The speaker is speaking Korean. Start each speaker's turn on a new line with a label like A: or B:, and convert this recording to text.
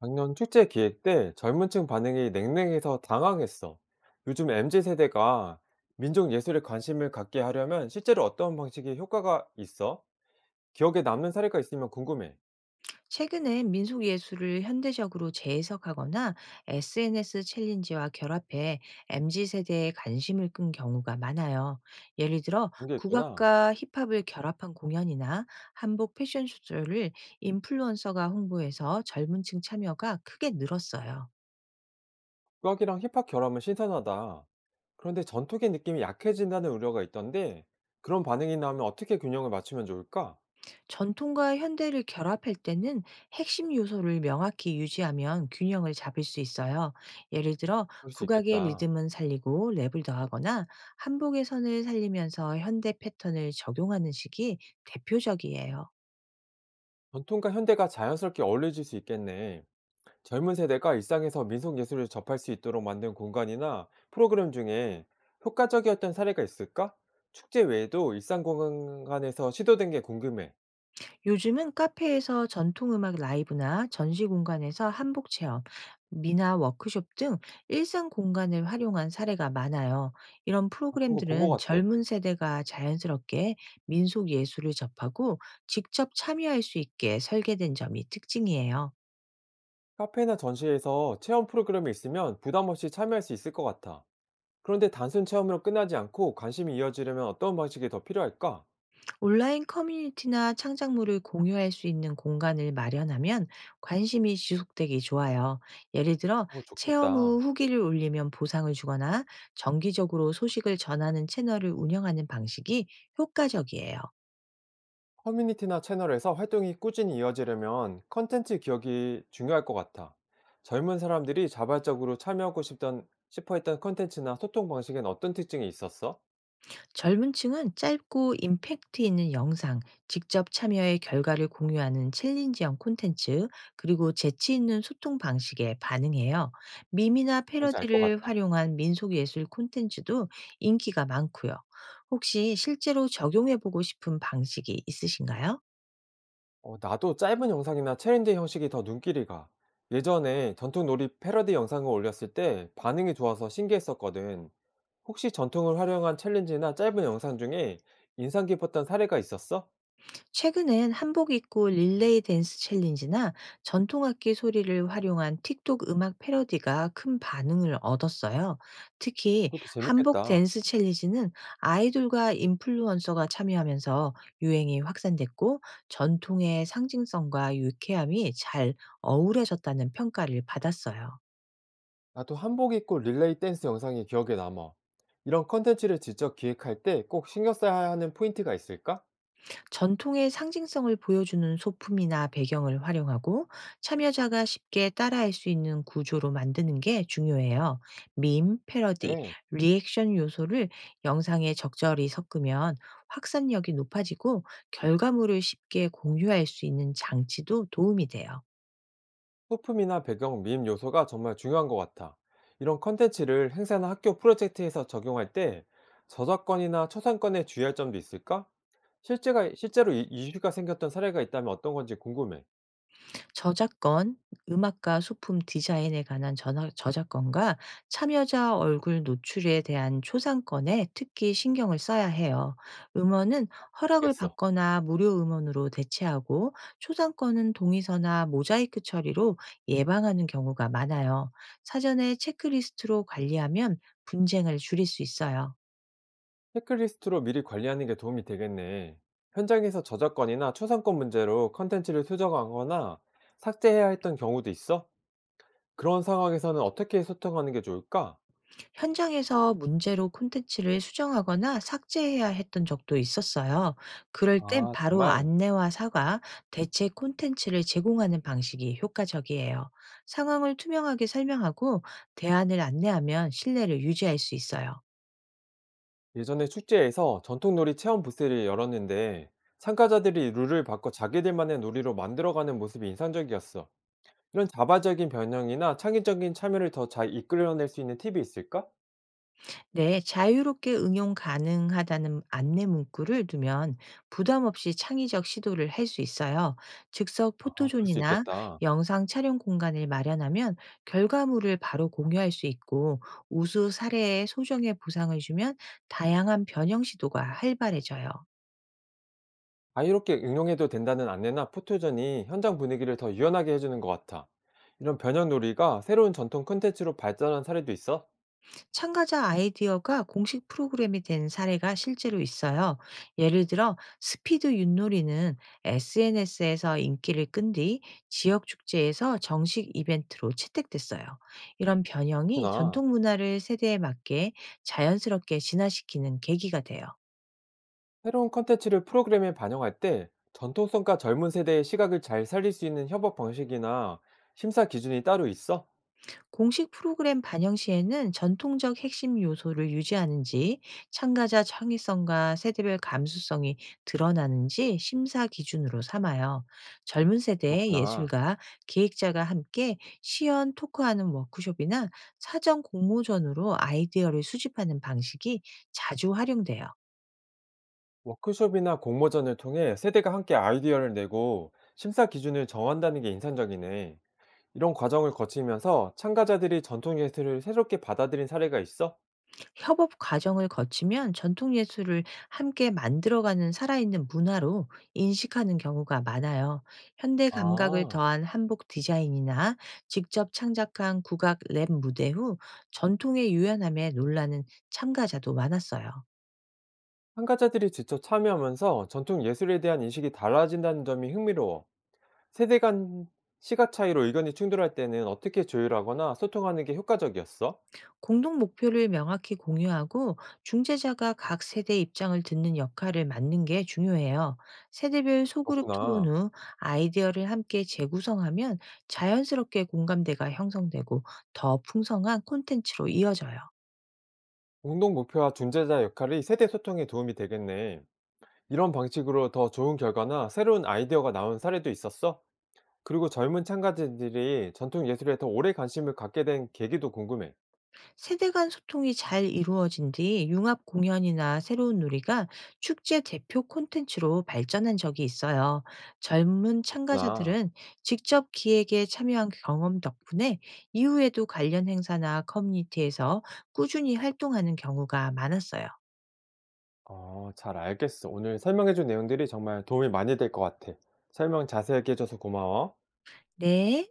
A: 작년 축제 기획 때 젊은 층 반응이 냉랭해서 당황했어. 요즘 MZ 세대가 민족 예술에 관심을 갖게 하려면 실제로 어떤 방식이 효과가 있어? 기억에 남는 사례가 있으면 궁금해.
B: 최근엔 민속 예술을 현대적으로 재해석하거나 SNS 챌린지와 결합해 MZ 세대의 관심을 끈 경우가 많아요. 예를 들어
A: 그런 게 있구나.
B: 국악과 힙합을 결합한 공연이나 한복 패션쇼를 인플루언서가 홍보해서 젊은 층 참여가 크게 늘었어요.
A: 국악이랑 힙합 결합은 신선하다. 그런데 전통의 느낌이 약해진다는 우려가 있던데 그런 반응이 나오면 어떻게 균형을 맞추면 좋을까?
B: 전통과 현대를 결합할 때는 핵심 요소를 명확히 유지하면 균형을 잡을 수 있어요. 예를 들어
A: 그럴 수
B: 국악의
A: 있겠다.
B: 리듬은 살리고 랩을 더하거나 한복의 선을 살리면서 현대 패턴을 적용하는 식이 대표적이에요.
A: 전통과 현대가 자연스럽게 어울려질 수 있겠네. 젊은 세대가 일상에서 민속 예술을 접할 수 있도록 만든 공간이나 프로그램 중에 효과적이었던 사례가 있을까? 축제 외에도 일상 공간에서 시도된 게 궁금해.
B: 요즘은 카페에서 전통음악 라이브나 전시 공간에서 한복 체험, 미나 워크숍 등 일상 공간을 활용한 사례가 많아요. 이런
A: 아, 그런 거 본 것
B: 프로그램들은
A: 같아.
B: 젊은 세대가 자연스럽게 민속 예술을 접하고 직접 참여할 수 있게 설계된 점이 특징이에요.
A: 카페나 전시회에서 체험 프로그램이 있으면 부담 없이 참여할 수 있을 것 같아. 그런데 단순 체험으로 끝나지 않고 관심이 이어지려면 어떤 방식이 더 필요할까?
B: 온라인 커뮤니티나 창작물을 공유할 수 있는 공간을 마련하면 관심이 지속되기 좋아요. 예를 들어
A: 어,
B: 체험 후
A: 좋겠다.
B: 후기를 올리면 보상을 주거나 정기적으로 소식을 전하는 채널을 운영하는 방식이 효과적이에요.
A: 커뮤니티나 채널에서 활동이 꾸준히 이어지려면 컨텐츠 기억이 중요할 것 같아. 젊은 사람들이 자발적으로 싶어 했던 컨텐츠나 소통 방식엔 어떤 특징이 있었어?
B: 젊은 층은 짧고 임팩트 있는 영상, 직접 참여의 결과를 공유하는 챌린지형 콘텐츠, 그리고 재치 있는 소통 방식에 반응해요. 밈이나
A: 뭔지 알 것
B: 패러디를
A: 같다.
B: 활용한 민속예술 콘텐츠도 인기가 많고요. 혹시 실제로 적용해보고 싶은 방식이 있으신가요?
A: 어, 나도 짧은 영상이나 챌린지 형식이 더 눈길이 가. 예전에 전통 놀이 패러디 영상을 올렸을 때 반응이 좋아서 신기했었거든. 혹시 전통을 활용한 챌린지나 짧은 영상 중에 인상 깊었던 사례가 있었어?
B: 최근엔 한복 입고 릴레이 댄스 챌린지나 전통악기 소리를 활용한 틱톡 음악 패러디가 큰 반응을 얻었어요. 특히
A: 그것도
B: 한복
A: 재밌겠다.
B: 댄스 챌린지는 아이돌과 인플루언서가 참여하면서 유행이 확산됐고, 전통의 상징성과 유쾌함이 잘 어우러졌다는 평가를 받았어요.
A: 나도 한복 입고 릴레이 댄스 영상이 기억에 남아. 이런 컨텐츠를 직접 기획할 때 꼭 신경 써야 하는 포인트가 있을까?
B: 전통의 상징성을 보여주는 소품이나 배경을 활용하고 참여자가 쉽게 따라할 수 있는 구조로 만드는 게 중요해요. 밈, 패러디,
A: 네.
B: 리액션 요소를 영상에 적절히 섞으면 확산력이 높아지고, 결과물을 쉽게 공유할 수 있는 장치도 도움이 돼요.
A: 소품이나 배경, 밈 요소가 정말 중요한 것 같아. 이런 컨텐츠를 행사나 학교 프로젝트에서 적용할 때 저작권이나 초상권에 주의할 점도 있을까? 실제로 이슈가 생겼던 사례가 있다면 어떤 건지 궁금해.
B: 저작권, 음악과 소품 디자인에 관한 저작권과 참여자 얼굴 노출에 대한 초상권에 특히 신경을 써야 해요. 음원은 허락을
A: 알겠어.
B: 받거나 무료 음원으로 대체하고, 초상권은 동의서나 모자이크 처리로 예방하는 경우가 많아요. 사전에 체크리스트로 관리하면 분쟁을 줄일 수 있어요.
A: 체크리스트로 미리 관리하는 게 도움이 되겠네. 현장에서 저작권이나 초상권 문제로 컨텐츠를 수정하거나 삭제해야 했던 경우도 있어? 그런 상황에서는 어떻게 소통하는 게 좋을까?
B: 현장에서 문제로 콘텐츠를 수정하거나 삭제해야 했던 적도 있었어요. 그럴 땐
A: 아,
B: 바로
A: 정말.
B: 안내와 사과, 대체 콘텐츠를 제공하는 방식이 효과적이에요. 상황을 투명하게 설명하고 대안을 안내하면 신뢰를 유지할 수 있어요.
A: 예전에 축제에서 전통놀이 체험 부스를 열었는데 참가자들이 룰을 바꿔 자기들만의 놀이로 만들어가는 모습이 인상적이었어. 이런 자발적인 변형이나 창의적인 참여를 더 잘 이끌어낼 수 있는 팁이 있을까?
B: 네, 자유롭게 응용 가능하다는 안내 문구를 두면 부담 없이 창의적 시도를 할 수 있어요. 즉석
A: 아, 그럴 수
B: 포토존이나
A: 있겠다.
B: 영상 촬영 공간을 마련하면 결과물을 바로 공유할 수 있고, 우수 사례에 소정의 보상을 주면 다양한 변형 시도가 활발해져요.
A: 자유롭게 응용해도 된다는 안내나 포토전이 현장 분위기를 더 유연하게 해주는 것 같아. 이런 변형 놀이가 새로운 전통 콘텐츠로 발전한 사례도 있어?
B: 참가자 아이디어가 공식 프로그램이 된 사례가 실제로 있어요. 예를 들어 스피드 윷놀이는 SNS에서 인기를 끈 뒤 지역 축제에서 정식 이벤트로 채택됐어요. 이런 변형이
A: 그렇구나.
B: 전통 문화를 세대에 맞게 자연스럽게 진화시키는 계기가 돼요.
A: 새로운 콘텐츠를 프로그램에 반영할 때 전통성과 젊은 세대의 시각을 잘 살릴 수 있는 협업 방식이나 심사 기준이 따로 있어?
B: 공식 프로그램 반영 시에는 전통적 핵심 요소를 유지하는지, 참가자 창의성과 세대별 감수성이 드러나는지 심사 기준으로 삼아요. 젊은 세대의
A: 그렇구나.
B: 예술가, 기획자가 함께 시연 토크하는 워크숍이나 사전 공모전으로 아이디어를 수집하는 방식이 자주 활용돼요.
A: 워크숍이나 공모전을 통해 세대가 함께 아이디어를 내고 심사 기준을 정한다는 게 인상적이네. 이런 과정을 거치면서 참가자들이 전통 예술을 새롭게 받아들인 사례가 있어?
B: 협업 과정을 거치면 전통 예술을 함께 만들어가는 살아있는 문화로 인식하는 경우가 많아요. 현대 감각을
A: 아,
B: 더한 한복 디자인이나 직접 창작한 국악 랩 무대 후 전통의 유연함에 놀라는 참가자도 많았어요.
A: 참가자들이 직접 참여하면서 전통 예술에 대한 인식이 달라진다는 점이 흥미로워. 세대 간 시각 차이로 의견이 충돌할 때는 어떻게 조율하거나 소통하는 게 효과적이었어?
B: 공동 목표를 명확히 공유하고 중재자가 각 세대의 입장을 듣는 역할을 맡는 게 중요해요. 세대별 소그룹 토론
A: 그렇구나.
B: 후 아이디어를 함께 재구성하면 자연스럽게 공감대가 형성되고 더 풍성한 콘텐츠로 이어져요.
A: 공동 목표와 중재자 역할이 세대 소통에 도움이 되겠네. 이런 방식으로 더 좋은 결과나 새로운 아이디어가 나온 사례도 있었어? 그리고 젊은 참가자들이 전통 예술에 더 오래 관심을 갖게 된 계기도 궁금해.
B: 세대 간 소통이 잘 이루어진 뒤 융합 공연이나 새로운 놀이가 축제 대표 콘텐츠로 발전한 적이 있어요. 젊은
A: 그렇구나.
B: 참가자들은 직접 기획에 참여한 경험 덕분에 이후에도 관련 행사나 커뮤니티에서 꾸준히 활동하는 경우가 많았어요.
A: 어, 잘 알겠어. 오늘 설명해준 내용들이 정말 도움이 많이 될 것 같아. 설명 자세하게 해줘서 고마워.
B: 네.